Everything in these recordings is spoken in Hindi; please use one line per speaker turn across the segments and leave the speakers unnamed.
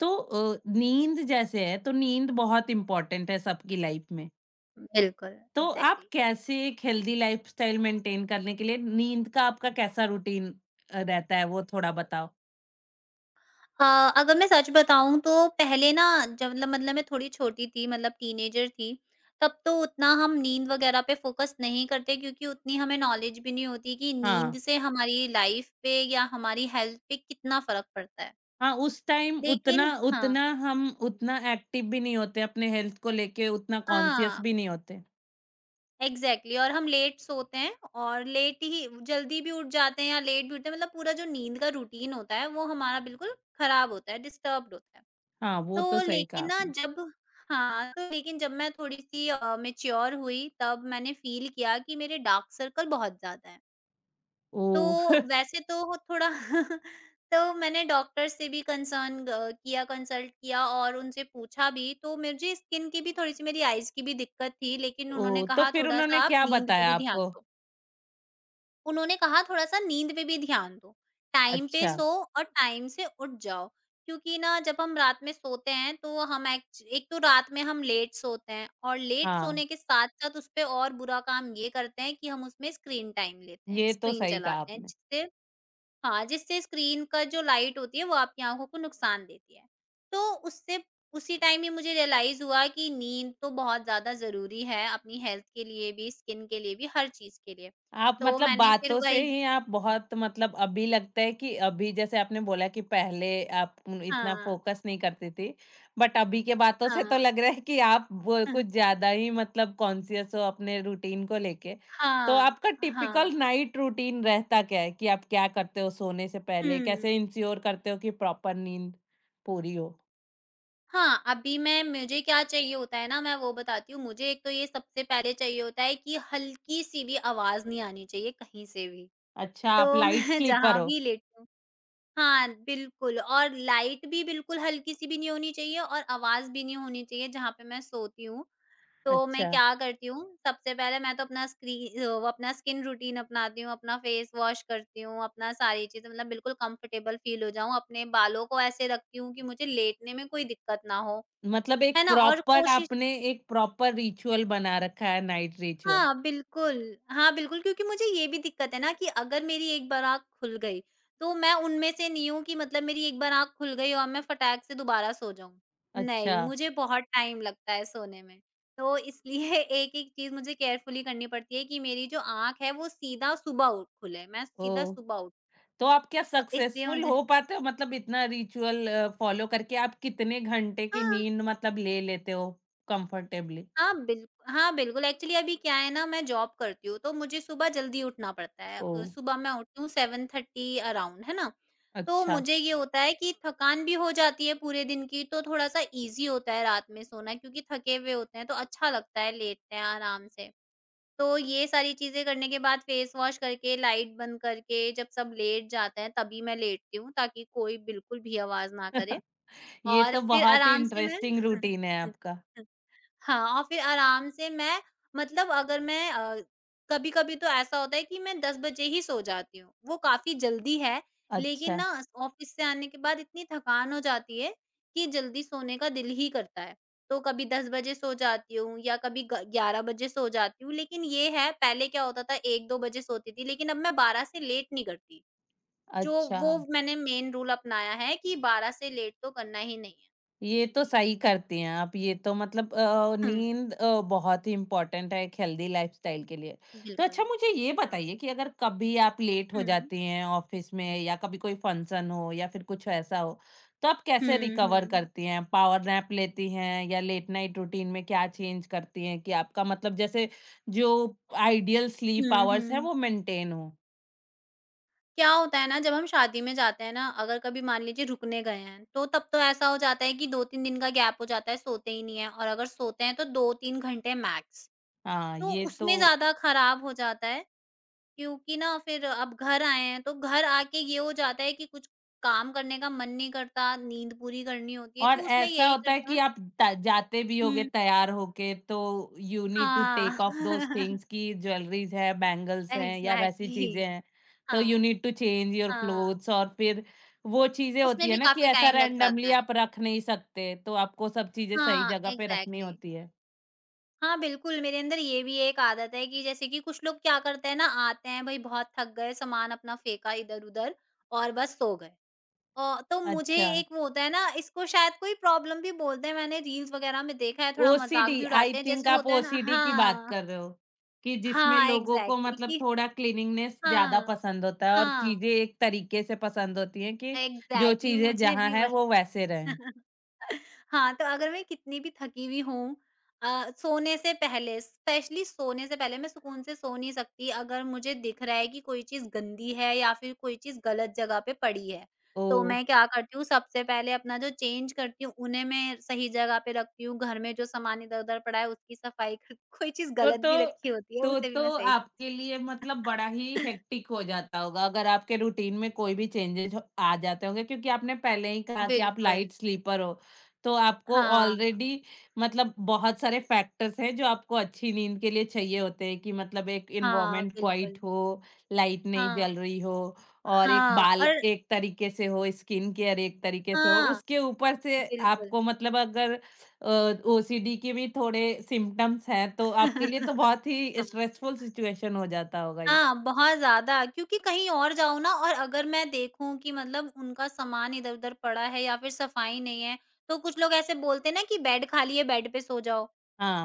तो नींद जैसे है तो नींद बहुत इम्पोर्टेंट है सबकी लाइफ में।
बिल्कुल,
तो आप
एग्ज़ैक्टली।
कैसे एक हेल्दी लाइफ़स्टाइल मेंटेन करने के लिए नींद का आपका कैसा रूटीन रहता है वो थोड़ा बताओ?
हाँ, अगर मैं सच बताऊँ तो पहले ना जब मतलब मैं थोड़ी छोटी थी मतलब टीनेजर थी, तब तो उतना हम नींद वग़ैरह पे फ़ोकस नहीं करते क्योंकि उतनी हमें नॉलेज भी नहीं होती कि
हाँ।
नींद से हमारी लाइफ़ पे या हमारी हेल्थ पे कितना फ़र्क पड़ता है।
हाँ, उस टाइम उतना
लेकिन हाँ,
उतना हम उतना एक्टिव भी नहीं होते अपने हेल्थ को लेके उतना कॉन्शियस
हाँ,
भी नहीं होते।
एग्ज़ैक्टली और हम लेट सोते हैं और लेट ही जल्दी भी उठ जाते हैं या लेट भी उठते हैं मतलब पूरा जो नींद का रूटीन होता है वो हमारा बिल्कुल ख़राब होता है, डिस्टर्ब्ड होता है।
हाँ, वो तो
तो
सही कहा
लेकिन ना
आपने।
जब हाँ, तो लेकिन जब मैं थोड़ी-सी मैच्योर हुई तब मैंने फ़ील किया कि मेरे डार्क सर्कल बहुत ज़्यादा हैं। तो
ओह! ओह!
वैसे तो वो थोड़ा तो मैंने डॉक्टर से भी कंसर्न ग किया कंसल्ट किया और उनसे पूछा भी तो मुझे स्किन की भी थोड़ी-सी मेरी आइज़ की भी दिक्कत थी लेकिन उन्होंने
तो
कहा
फिर
थोड़ा-सा
उन्होंने
आप
क्या
नींद पे
बताया
भी ध्यान
आपको?
दो। उन्होंने कहा थोड़ा-सा नींद पे भी ध्यान दो। टाइम पे
अच्छा।
सो और टाइम से उठ जाओ, क्योंकि ना जब हम रात में सोते हैं तो हम एक्च एक तो रात में हम लेट सोते हैं और लेट
हाँ,
सोने के साथ-साथ उसपे और बुरा काम ये करते हैं कि हम उसमें स्क्रीन टाइम लेते हैं,
ये तो
स्क्रीन
सही कहा
चलाते हैं
आपने।
जिससे हाँ, जिससे स्क्रीन का जो लाइट होती है वो आपकी आँखों को नुकसान देती है। तो उससे उसी टाइम ही मुझे रियलाइज़ हुआ कि नींद तो बहुत ज़्यादा ज़रूरी है अपनी हेल्थ के लिए भी, स्किन के लिए भी, हर चीज़ के लिए।
आप
तो
मतलब
मैंने फिर
बातों से
वही
ही आप बहुत मतलब अभी लगता है कि अभी जैसे आपने बोला कि पहले आप इतना
हाँ,
फोकस नहीं करती थी, बट अभी के बातों से
हाँ,
तो लग रहा है कि आप वो कुछ ज्यादा ही मतलब कॉन्शियस हो अपने रूटीन को लेके। तो
हाँ,
आपका टिपिकल
हाँ,
नाइट रूटीन रहता क्या है कि आप क्या करते हो सोने से पहले,
हुँ।
कैसे इंश्योर करते हो कि प्रॉपर नींद पूरी हो?
हाँ, अभी मैं मुझे क्या चाहिए होता है ना मैं वो बताती हूँ, मुझे एक तो ये सबसे पहले चाहिए होता है कि हल्की-सी भी आवाज़ नहीं आनी चाहिए कहीं से भी।
अच्छा, आप
तो
लाइट
मैं
स्लीपर
जहाँ
हो।
भी लेटी हाँ, बिल्कुल और लाइट भी बिल्कुल हल्की-सी भी नहीं होनी चाहिए और आवाज़ भी नहीं होनी चाहिए जहाँ पे मैं सोती हूँ। तो मैं
अच्छा,
क्या करती हूँ, सबसे पहले मैं तो अपना स्क्री वो अपना स्किन रूटीन अपनाती हूँ, अपना फेस वॉश करती हूँ, अपना सारी चीज़ें मतलब बिल्कुल कंफर्टेबल फ़ील हो जाऊँ, अपने बालों को ऐसे रखती हूँ कि मुझे लेटने में कोई दिक्कत ना हो,
मतलब एक
है ना? और
प्रॉपर
कोशिश
आपने एक प्रॉपर रिचुअल बना रखा है, नाइट रिचुअल।
हाँ, बिल्कुल। हाँ, बिल्कुल क्योंकि मुझे ये भी दिक्कत है ना कि अगर मेरी एक बार आँख खुल गई, तो मैं उनमें से नहीं हूँ कि मतलब मेरी एक बार आँख खुल गई और मैं फटाक से दोबारा सो जाऊँ।
अच्छा।
नहीं, मुझे बहुत टाइम लगता है सोने में। तो इसलिए एक-एक चीज़ मुझे केयरफुली करनी पड़ती है कि मेरी जो आँख है वो सीधा सुबह उठ खुले, मैं सीधा
ओह!
सुबह उठ
तो आप क्या
तो इसलिए
सक्सेसफुल
मुझे
हो पाते हो? मतलब इतना रिचुअल फ़ॉलो करके आप कितने घंटे की
हाँ।
नींद मतलब ले लेते हो कंफर्टेबली?
हाँ, बिल्कु हाँ, बिल्कुल एक्चुअली अभी क्या है ना मैं जॉब करती हूँ, तो मुझे सुबह जल्दी उठना पड़ता है।
ओह!
सुबह मैं उठती हूँ 7:30 अराउंड, है ना? तो
अच्छा।
मुझे ये होता है कि थकान भी हो जाती है पूरे दिन की, तो थोड़ा-सा ईज़ी होता है रात में सोना क्योंकि थके हुए होते हैं, तो अच्छा लगता है, लेटते हैं आराम से। तो ये सारी चीज़ें करने के बाद फेस वॉश करके, लाइट बंद करके, जब सब लेट जाते हैं तभी मैं लेटती हूँ, ताकि कोई बिल्कुल भी आवाज़ ना करे
ये
और
तो
फिर
बहुत ही
आराम से मैं
इंटरेस्टिंग रूटीन है आपका।
हाँ, और फिर आराम से मैं मतलब अगर मैं कभी-कभी तो ऐसा होता है कि मैं 10 बजे ही सो जाती हूँ, वो काफ़ी जल्दी है। लेकिन
अच्छा।
ना ऑफ़िस से आने के बाद इतनी थकान हो जाती है कि जल्दी सोने का दिल ही करता है। तो कभी 10 बजे सो जाती हूँ या कभी ग 11 बजे सो जाती हूँ, लेकिन ये है पहले क्या होता था 1-2 बजे सोती थी, लेकिन अब मैं 12 से लेट नहीं करती। जो
अच्छा।
वो मैंने मेन रूल अपनाया है कि 12 से लेट तो करना ही नहीं है।
ये तो सही करती हैं आप, ये तो मतलब
हुँ,
नींद बहुत ही इम्पोर्टेंट है एक हेल्दी लाइफ़स्टाइल के लिए। तो अच्छा
बिल्कुल।
मुझे ये
हाँ।
बताइए कि अगर कभी आप लेट हो
हुँ,
जाती हैं ऑफ़िस में या कभी कोई फंक्शन हो या फिर कुछ ऐसा हो, तो आप कैसे
हुँ,
रिकवर
हुँ।
करती हैं? पावर नैप लेती हैं या लेट नाइट रूटीन में क्या चेंज करती हैं कि आपका मतलब जैसे जो आइडियल स्लीप
हुँ,
आवर्स हैं
हुँ।
वो मेंटेन हो?
क्या होता है ना जब हम शादी में जाते हैं ना, अगर कभी मान लीजिए रुकने गए हैं, तो तब तो ऐसा हो जाता है कि 2-3 दिन का गैप हो जाता है, सोते ही नहीं है और अगर सोते हैं तो 2-3 घंटे मैक्स।
हाँ,
तो
ये
उसमें
तो।
ज़्यादा खराब हो जाता है क्योंकि ना फिर अब घर आए हैं, तो घर आके ये हो जाता है कि कुछ काम करने का मन नहीं करता, नींद पूरी करनी होती है,
और
तो उसमें
ऐसा
यही
होता है
करते
कि
हैं
आप त जाते भी होगे
हुँ,
तैयार होके, तो यू नीड टू
हाँ।
टेक ऑफ दोज़ थिंग्स कि ज्वेलरीज़ है, बैंगल्स हैं या वैसी
एग्ज़ैक्टली
चीज़ें हैं। तो
हाँ,
you need to change your
हाँ।
क्लोथ्स और फिर वो चीज़ें
उसमें
होती है
भी
ना कि
काफ़ी
ऐसा
टाइम लग
रैंडमली
जाता है।
आप रख नहीं सकते, तो आपको सब चीज़ें सही
हाँ,
जगह पे रखनी
एग्ज़ैक्टली।
होती है।
हाँ, बिल्कुल, मेरे अंदर ये भी एक आदत है कि जैसे कि कुछ लोग क्या करते हैं ना, आते हैं, भई बहुत थक गए, सामान अपना फेंका इधर-उधर और बस सो गए। औ तो मुझे
अच्छा।
एक वो होता है ना, इसको शायद कोई प्रॉब्लम भी बोलते हैं, मैंने रील्स वगैरह में देखा है, थोड़ा मज़ाक
ओसीडी,
भी
आई
उड़ाते हैं।
थिंक
जैसे
आप
होता है ना
ओसीडी की बात
हाँ,
कर रहे हो, कि जिसमें
हाँ,
लोगों को
एग्ज़ैक्टली
मतलब
कि
थोड़ा क्लीनिंगनेस ज़्यादा
हाँ,
पसंद होता है और
हाँ,
चीज़ें एक तरीके से पसंद होती हैं, कि जो
एग्ज़ैक्टली
चीज़ें
मुझे
जहाँ
भी
हैं
वह
वो वैसे रहें।
हाँ, तो अगर मैं कितनी भी थकी हुई हूँ सोने से पहले स्पेशली सोने से पहले मैं सुकून से सो नहीं सकती अगर मुझे दिख रहा है कि कोई चीज़ गंदी है या फिर कोई चीज़ गलत जगह पे पड़ी है। तो
ओह!
मैं क्या करती हूँ सबसे पहले अपना जो चेंज करती हूँ उन्हें मैं सही जगह पे रखती हूँ, घर में जो सामान इधर-उधर पड़ा है उसकी सफाई कर कोई चीज़
तो
गलत
तो
भी रखी होती है
तो
उसे भी मैं
तो
सही कर-
आपके लिए मतलब बड़ा ही हेक्टिक हो जाता होगा, अगर आपके रूटीन में कोई भी चेंजेज़ आ जाते होंगे, क्योंकि आपने पहले ही कहा कि आप
बिल्कुल।
लाइट स्लीपर हो, तो आपको
हाँ,
ऑलरेडी मतलब बहुत सारे फैक्टर्स हैं जो आपको अच्छी नींद के लिए चाहिए होते हैं, कि मतलब एक
हाँ,
एनवायरनमेंट क्वाइट
बिल्कुल।
हो, लाइट नहीं
हाँ,
जल रही हो और एक
हाँ
बाल
और
एक तरीके से हो, स्किन केयर एक तरीके से हो।
हाँ,
उसके ऊपर से
बिल्कुल।
आपको मतलब अगर ओसीडी के भी थोड़े सिम्पटम्स हैं, तो आपके लिए तो बहुत ही
हाँ,
स्ट्रेसफुल सिचुएशन हो जाता होगा ये।
हाँ, बहुत ज़्यादा क्योंकि कहीं और जाऊँ ना और अगर मैं देखूँ कि मतलब उनका सामान इधर-उधर पड़ा है या फिर सफाई नहीं है, तो कुछ लोग ऐसे बोलते हैं ना कि बेड खाली है, बेड पे सो जाओ।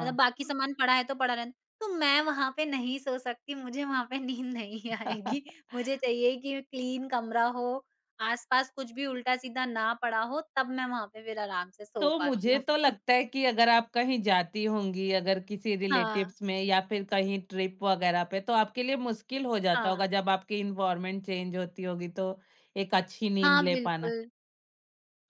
मतलब बाकी सामान पड़ा है तो पड़ा रहने दो। तो मैं वहाँ पे नहीं सो सकती, मुझे वहाँ पे नींद नहीं आएगी। मुझे चाहिए कि क्लीन कमरा हो, आस-पास कुछ भी उल्टा-सीधा ना पड़ा हो, तब मैं वहाँ पे फिर आराम से सो
तो
पाती
मुझे
हूँ।
तो लगता है कि अगर आप कहीं जाती होंगी, अगर किसी
हाँ,
रिलेटिव्स में या फिर कहीं ट्रिप वगैरह पे, तो आपके लिए मुश्किल हो जाता होगा
हाँ।
जब आपकी एनवायरनमेंट चेंज होती होगी, तो एक अच्छी नींद
हाँ,
ले पाना।
बिल्कुल।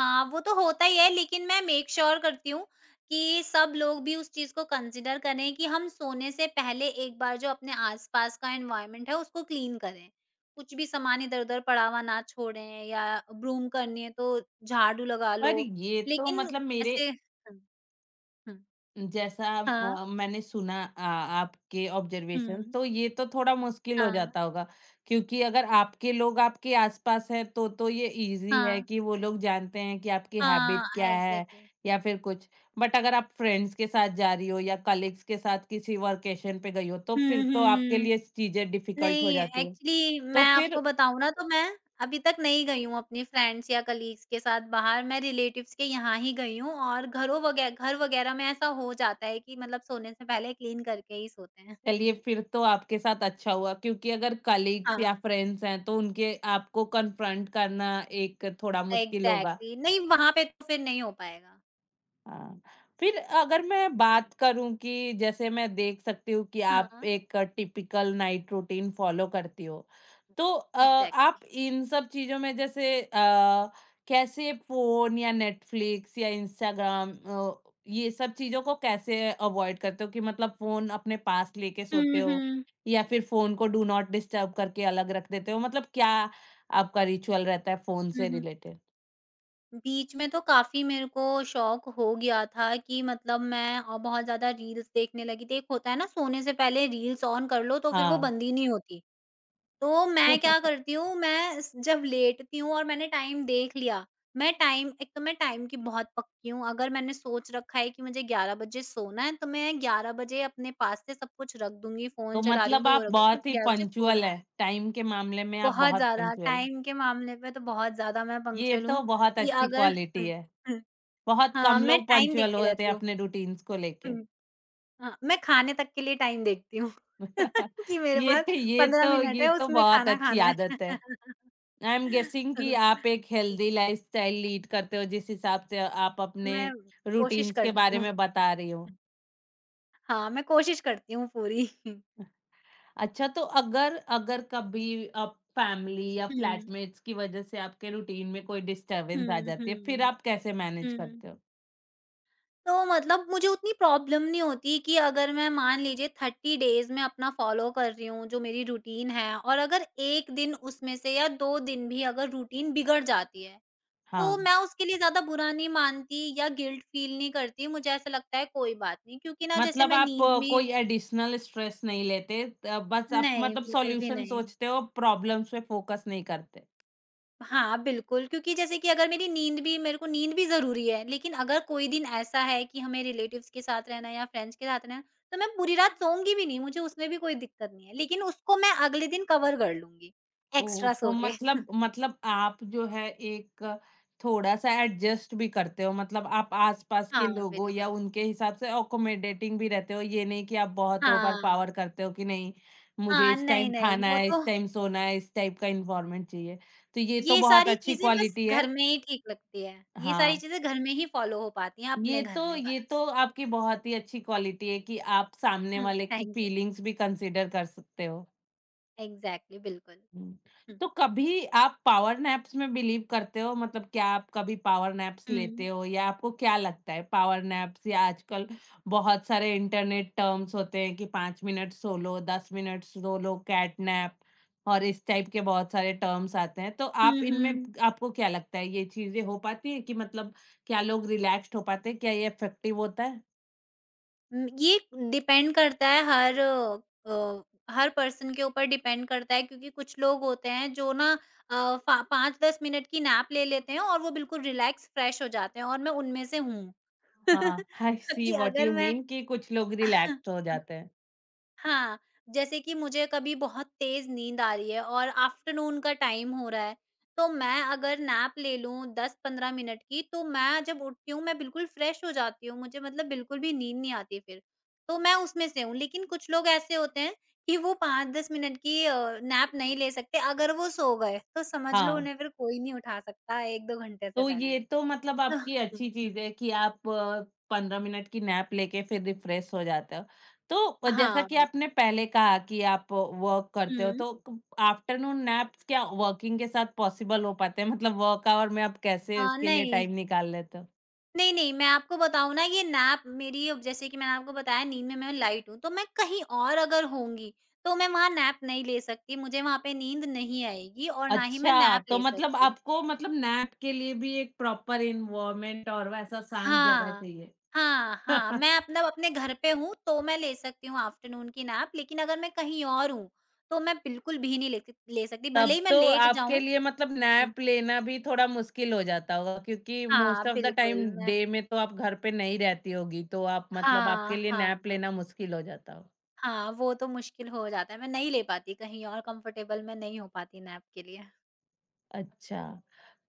हाँ, वो तो होता ही है लेकिन मैं मेक श्योर करती हूँ कि सब लोग भी उस चीज़ को कंसिडर करें कि हम सोने से पहले एक बार जो अपने आसपास का एनवायरनमेंट है उसको क्लीन करें। कुछ भी सामान इधर-उधर पड़ा हुआ ना छोड़ें या ब्रूम करनी है तो झाड़ू लगा
पर
लो।
ये तो
लेकिन
मतलब मेरे
ऐसे हुँ, हुँ,
जैसा,
हाँ,
मैंने सुना आपके ऑब्जर्वेशन,
हुँ,
तो ये तो थोड़ा मुश्किल हो
हाँ,
जाता होगा, क्योंकि अगर आपके लोग आपके आसपास हैं तो ये इजी है
हाँ,
कि वो लोग जानते हैं कि आपकी हैबिट
हाँ,
क्या है
एग्ज़ैक्टली।
या फिर कुछ। बट अगर आप फ्रेंड्स के साथ जा रही हो या कलीग्स के साथ किसी वर्केशन पे गई हो, तो फिर
हुँ, हुँ,
तो आपके
हुँ।
लिए चीजें डिफिकल्ट हो
नहीं,
जाती है।
एक्चुअली
तो
मैं
फिर
आपको बताऊँ ना तो मैं अभी तक नहीं गई हूँ अपनी फ्रेंड्स या कलीग्स के साथ बाहर, मैं रिलेटिव्स के यहाँ ही गई हूँ और घरों वगै घर वगैरह में ऐसा हो जाता है कि मतलब सोने से पहले क्लीन करके ही सोते हैं।
चलिए, फिर तो आपके साथ अच्छा हुआ क्योंकि अगर कलीग्स या
हाँ,
फ्रेंड्स हैं, तो उनके आपको कन्फ्रंट करना एक थोड़ा मुश्किल होगा।
एग्ज़ैक्टली नहीं वहाँ पे तो फिर नहीं हो पाएगा।
हाँ, फिर अगर मैं बात करूँ कि जैसे मैं देख सकती हूँ कि आप
हाँ।
एक टिपिकल नाइट रूटीन फॉलो करती हो, तो आप
एग्ज़ैक्टली।
इन सब चीज़ों में जैसे कैसे फ़ोन या नेटफ्लिक्स या इंस्टाग्राम, ये सब चीज़ों को कैसे अवॉइड करते हो, कि मतलब फ़ोन अपने पास लेके सोते
हुँ,
हो
हुँ।
या फिर फ़ोन को डू नॉट डिस्टर्ब करके अलग रख देते हो? मतलब क्या आपका रिचुअल रहता है फ़ोन
हुँ,
से
हुँ।
रिलेटेड?
बीच में तो काफ़ी मेरे को शौक हो गया था कि मतलब मैं बहुत ज़्यादा रील्स देखने लगी थी। एक होता है ना सोने से पहले रील्स ऑन कर लो तो फिर वो
हाँ।
बंद ही नहीं होती। तो मैं क्या करती हूँ, मैं स जब लेटती हूँ और मैंने टाइम देख लिया, मैं टाइम एक तो मैं टाइम की बहुत पक्की हूँ, अगर मैंने सोच रखा है कि मुझे 11 बजे सोना है, तो मैं 11 बजे अपने पास से सब कुछ रख दूँगी,
तो
फ़ोन चला रही हूँ
मतलब
तो वो
आप
रख दूँगी,
बहुत
मुझे
ही
11 बजे
पंक्चुअल
सोना है।
हैं, टाइम के मामले में आप
बहुत
बहुत
ज़्यादा
पंक्चुअल हैं।
टाइम के मामले पे तो बहुत ज़्यादा मैं
ये
पंक्चुअल
तो
हूँ
बहुत
कि
अच्छी
अगर
क्वालिटी
हुँ,
है।
हुँ,
बहुत
हाँ,
कम
मैं
लोग
टाइम
पंक्चुअल
देखते
होते हैं
रहती हूँ।
अपने रूटीन्स को लेके।
हम्म। हाँ, मैं खाने तक के लिए टाइम देखती हूँ कि मेरे
ये
पास
ये
15
तो
मिनट
ये
है,
तो
उसमें
बहुत
खाना
अच्छी
खाना है।
आदत है। आई एम गेसिंग कि आप एक हेल्दी लाइफ़स्टाइल लीड करते हो जिस हिसाब से आप अपने
मैं कोशिश
रूटीन्स के
करती
बारे
हूँ।
में बता रही हो।
हाँ, मैं कोशिश करती हूँ पूरी।
अच्छा, तो अगर अगर कभी फैमिली या
हुँ,
फ्लैटमेट्स की वजह से आपके रूटीन में कोई डिस्टर्बेंस आ
हुँ,
जाती है,
हुँ,
फिर आप कैसे मैनेज
हुँ।
करते हो?
तो मतलब मुझे उतनी प्रॉब्लम नहीं होती कि अगर मैं मान लीजिए 30 डेज़ मैं अपना फ़ॉलो कर रही हूँ, जो मेरी रूटीन है और अगर 1 दिन उसमें से या 2 दिन भी अगर रूटीन बिगड़ जाती है, तो
हाँ,
मैं उसके लिए ज़्यादा बुरा नहीं मानती या गिल्ट फ़ील नहीं करती। मुझे ऐसा लगता है कोई बात नहीं क्योंकि ना जैसे
मतलब
मैं
आप
नींद
कोई
में
एडिशनल स्ट्रेस नहीं लेते, त बस आप
नहीं,
मतलब
बिल्कुल भी
सॉल्यूशन
नहीं।
सोचते हो, प्रॉब्लम्स पे फोकस नहीं करते।
हाँ, बिल्कुल क्योंकि जैसे कि अगर मेरी नींद भी मेरे को नींद भी ज़रूरी है, लेकिन अगर कोई दिन ऐसा है कि हमें रिलेटिव्स के साथ रहना है या फ्रेंड्स के साथ रहना है, तो मैं पूरी रात सोऊँगी भी नहीं, मुझे उसमें भी कोई दिक्कत नहीं है। लेकिन उसको मैं अगले दिन कवर कर लूँगी,
ओह!
एक्स्ट्रा
तो
सो के।
मतलब आप जो है एक थोड़ा-सा एडजस्ट भी करते हो, मतलब आप आस-पास के
हाँ,
लोगों या
बिल्कुल।
उनके हिसाब से अकोमोडेटिंग भी रहते हो, ये नहीं कि आप बहुत ओवर
हाँ।
पावर करते हो, कि नहीं, मुझे
हाँ,
इस
नहीं,
टाइम
नहीं,
खाना
वो
है,
तो
इस टाइम सोना है, इस टाइप का एनवायरनमेंट चाहिए। तो ये तो
ये
बहुत
सारी
अच्छी
चीज़ें बस
क्वालिटी है।
घर में ही ठीक लगती है। ये सारी
हाँ,
चीज़ें घर में ही फ़ॉलो हो पाती हैं
ये
अपने
तो
घर में
ये
बस।
तो आपकी बहुत ही अच्छी क्वालिटी है कि आप सामने
हुँ,
वाले की
थैंक यू।
फीलिंग्स भी कंसीडर कर सकते हो।
एग्ज़ैक्टली बिल्कुल।
हुँ।
हुँ।
तो कभी आप पावर नैप्स में बिलीव करते हो? मतलब क्या आप कभी पावर नैप्स
हुँ।
लेते हो, या आपको क्या लगता है पावर नैप्स या आजकल बहुत सारे इंटरनेट टर्म्स होते हैं कि 5 मिनट सो लो, 10 मिनट सो लो, कैट नैप और इस टाइप के बहुत सारे टर्म्स आते हैं। तो
हुँ,
आप इनमें,
हुँ।
आपको क्या लगता है ये चीज़ें हो पाती हैं, कि मतलब क्या लोग रिलैक्स्ड हो पाते हैं? क्या ये इफेक्टिव होता है?
ये डिपेंड करता है हर अ, हर पर्सन के ऊपर डिपेंड करता है क्योंकि कुछ लोग होते हैं जो ना अ, फा 5-10 मिनट की नैप ले लेते हैं और वो बिल्कुल रिलैक्स फ्रेश हो जाते हैं और मैं उनमें से हूँ।
हाँ, आई सी
कि
व्हाट
अगर
यू
मैं
मीन, कि कुछ लोग रिलैक्स हो जाते हैं।
हाँ, जैसे कि मुझे कभी बहुत तेज़ नींद आ रही है और आफ्टरनून का टाइम हो रहा है, तो मैं अगर नैप ले लूँ 10-15 मिनट की, तो मैं जब उठती हूँ, मैं बिल्कुल फ्रेश हो जाती हूँ, मुझे मतलब बिल्कुल भी नींद नहीं आती फिर। तो मैं उसमें से हूँ, लेकिन कुछ लोग ऐसे होते हैं कि वो 5-10 मिनट की नैप नहीं ले सकते, अगर वो सो गए, तो समझ लो
हाँ।
उन्हें फिर कोई नहीं उठा सकता 1-2 घंटे से
तो
पहले।
ये तो मतलब
हुँ,
आपकी
हुँ,
अच्छी
हुँ।
चीज़ है कि आप 15 मिनट की नैप लेके फिर रिफ्रेश हो जाते हो। तो जैसा
हाँ,
कि
बिल्कुल।
आपने पहले कहा कि आप वर्क करते हो,
हुँ।
तो क आफ्टरनून नैप्स क्या वर्किंग के साथ पॉसिबल हो पाते हैं? मतलब वर्क आवर में आप कैसे उसके लिए
नहीं।
टाइम निकाल लेते हो?
नहीं, नहीं, मैं आपको बताऊँ ना ये नैप मेरी अब जैसे कि मैंने आपको बताया नींद में मैं लाइट हूँ, तो मैं कहीं और अगर होंगी, तो मैं वहाँ नैप नहीं ले सकती, मुझे वहाँ पे नींद नहीं आएगी और ना ही मैं
अच्छा,
नैप
तो
ले
मतलब
सकती हूँ।
आपको मतलब नैप के लिए भी एक प्रॉपर एनवायरनमेंट और वैसा शांत जगह
हाँ।
चाहिए।
हाँ, हाँ, मैं मतलब अपने घर पे हूँ, तो मैं ले सकती हूँ आफ्टरनून की नैप, लेकिन अगर मैं कहीं और हूँ, तो मैं बिल्कुल भी नहीं ले सक ले सकती,
तब
भले ही मैं
तो
लेट
आपके
जाऊँ।
लिए मतलब नैप लेना भी थोड़ा मुश्किल हो जाता होगा, क्योंकि
हाँ,
मोस्ट ऑफ द टाइम
बिल्कुल मैं
डे में तो आप घर पे नहीं रहती होगी, तो आप मतलब आपके
हाँ,
लिए नैप
हाँ।
लेना मुश्किल हो जाता हो।
हाँ, वो तो मुश्किल हो जाता है, मैं नहीं ले पाती कहीं और कंफर्टेबल मैं नहीं हो पाती नैप के लिए।
अच्छा।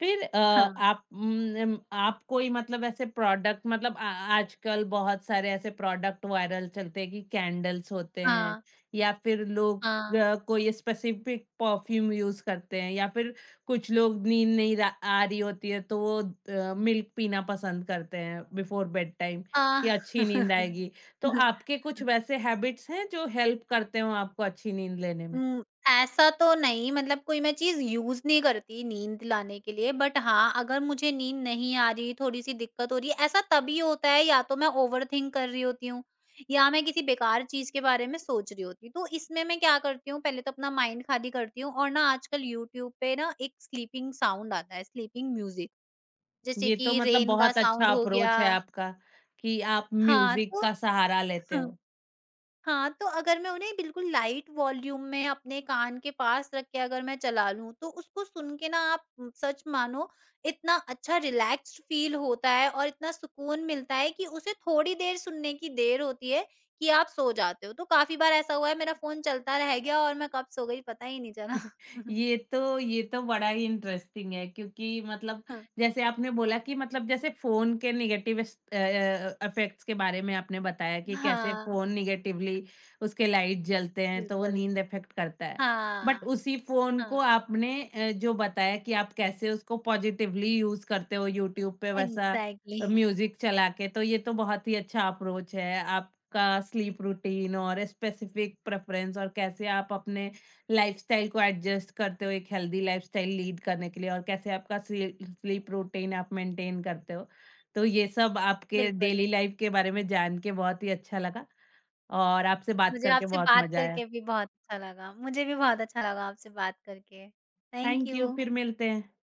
फिर
हाँ,
आप आप कोई मतलब ऐसे प्रोडक्ट मतलब आ आजकल बहुत सारे ऐसे प्रोडक्ट वायरल चलते हैं कि कैंडल्स होते हैं
हाँ,
या फिर लोग
हाँ,
कोई स्पेसिफिक परफ्यूम यूज़ करते हैं या फिर कुछ लोग नींद नहीं रा आ रही होती है, तो वो मिल्क पीना पसंद करते हैं बिफोर बेड टाइम, कि
हाँ।
अच्छी नींद आएगी। तो आपके कुछ वैसे हैबिट्स हैं जो हेल्प करते हों आपको अच्छी नींद लेने में?
हुँ, ऐसा तो नहीं मतलब कोई मैं चीज़ यूज़ नहीं करती नींद लाने के लिए बट हाँ, अगर मुझे नींद नहीं आ रही, थोड़ी-सी दिक्कत हो रही है, ऐसा तभी होता है या तो मैं ओवरथिंक कर रही होती हूँ या मैं किसी बेकार चीज़ के बारे में सोच रही होती हूँ। तो इसमें मैं क्या करती हूँ पहले तो अपना माइंड खाली करती हूँ और ना आजकल यूट्यूब पे ना एक स्लीपिंग साउंड आता है, स्लीपिंग म्यूज़िक। जैसे
ये तो
कि
मतलब
रेन का
बहुत अच्छा
साउंड हो
अप्रोच है
गया
आपका कि आप
हाँ,
म्यूज़िक
तो
का सहारा लेते
हाँ,
हो।
हाँ, तो अगर मैं उन्हें बिल्कुल लाइट वॉल्यूम में अपने कान के पास रख के अगर मैं चला लूँ, तो उसको सुन के ना आप सच मानो इतना अच्छा रिलैक्स्ड फ़ील होता है और इतना सुकून मिलता है कि उसे थोड़ी देर सुनने की देर होती है कि आप सो जाते हो। तो काफ़ी बार ऐसा हुआ है मेरा फ़ोन चलता रह गया और मैं कब सो गई पता ही नहीं चला।
ये तो बड़ा ही इंटरेस्टिंग है, क्योंकि मतलब
हाँ,
जैसे आपने बोला कि मतलब जैसे फ़ोन के नेगेटिव इफ़ेक्ट्स के बारे में आपने बताया कि कैसे
हाँ,
फ़ोन नेगेटिवली उसके लाइट जलते हैं, तो वो
बिल्कुल।
नींद इफ़ेक्ट करता है। बट
हाँ,
उसी फ़ोन
हाँ,
को आपने, जो बताया कि आप कैसे उसको पॉज़िटिवली यूज़ करते हो यूट्यूब पे वैसा
एग्ज़ैक्टली,
म्यूज़िक चला के, तो ये तो बहुत ही अच्छा अप्रोच है। आपका स्लीप रूटीन और स्पेसिफ़िक प्रेफ़रेंस और कैसे आप अपने लाइफ़स्टाइल को एडजस्ट करते हो एक हेल्दी लाइफ़स्टाइल लीड करने के लिए, और कैसे आपका स्लीप रूटीन आप मेंटेन करते हो। तो ये सब आपके
बिल्कुल।
डेली लाइफ़ के बारे में जान के बहुत ही अच्छा लगा और आपसे बात
मुझे
करके
आपसे
बहुत
बात
मज़ा आया।
करके भी बहुत अच्छा लगा। मुझे भी बहुत अच्छा लगा आपसे बात करके। Thank
thank you,
you.
फिर मिलते हैं।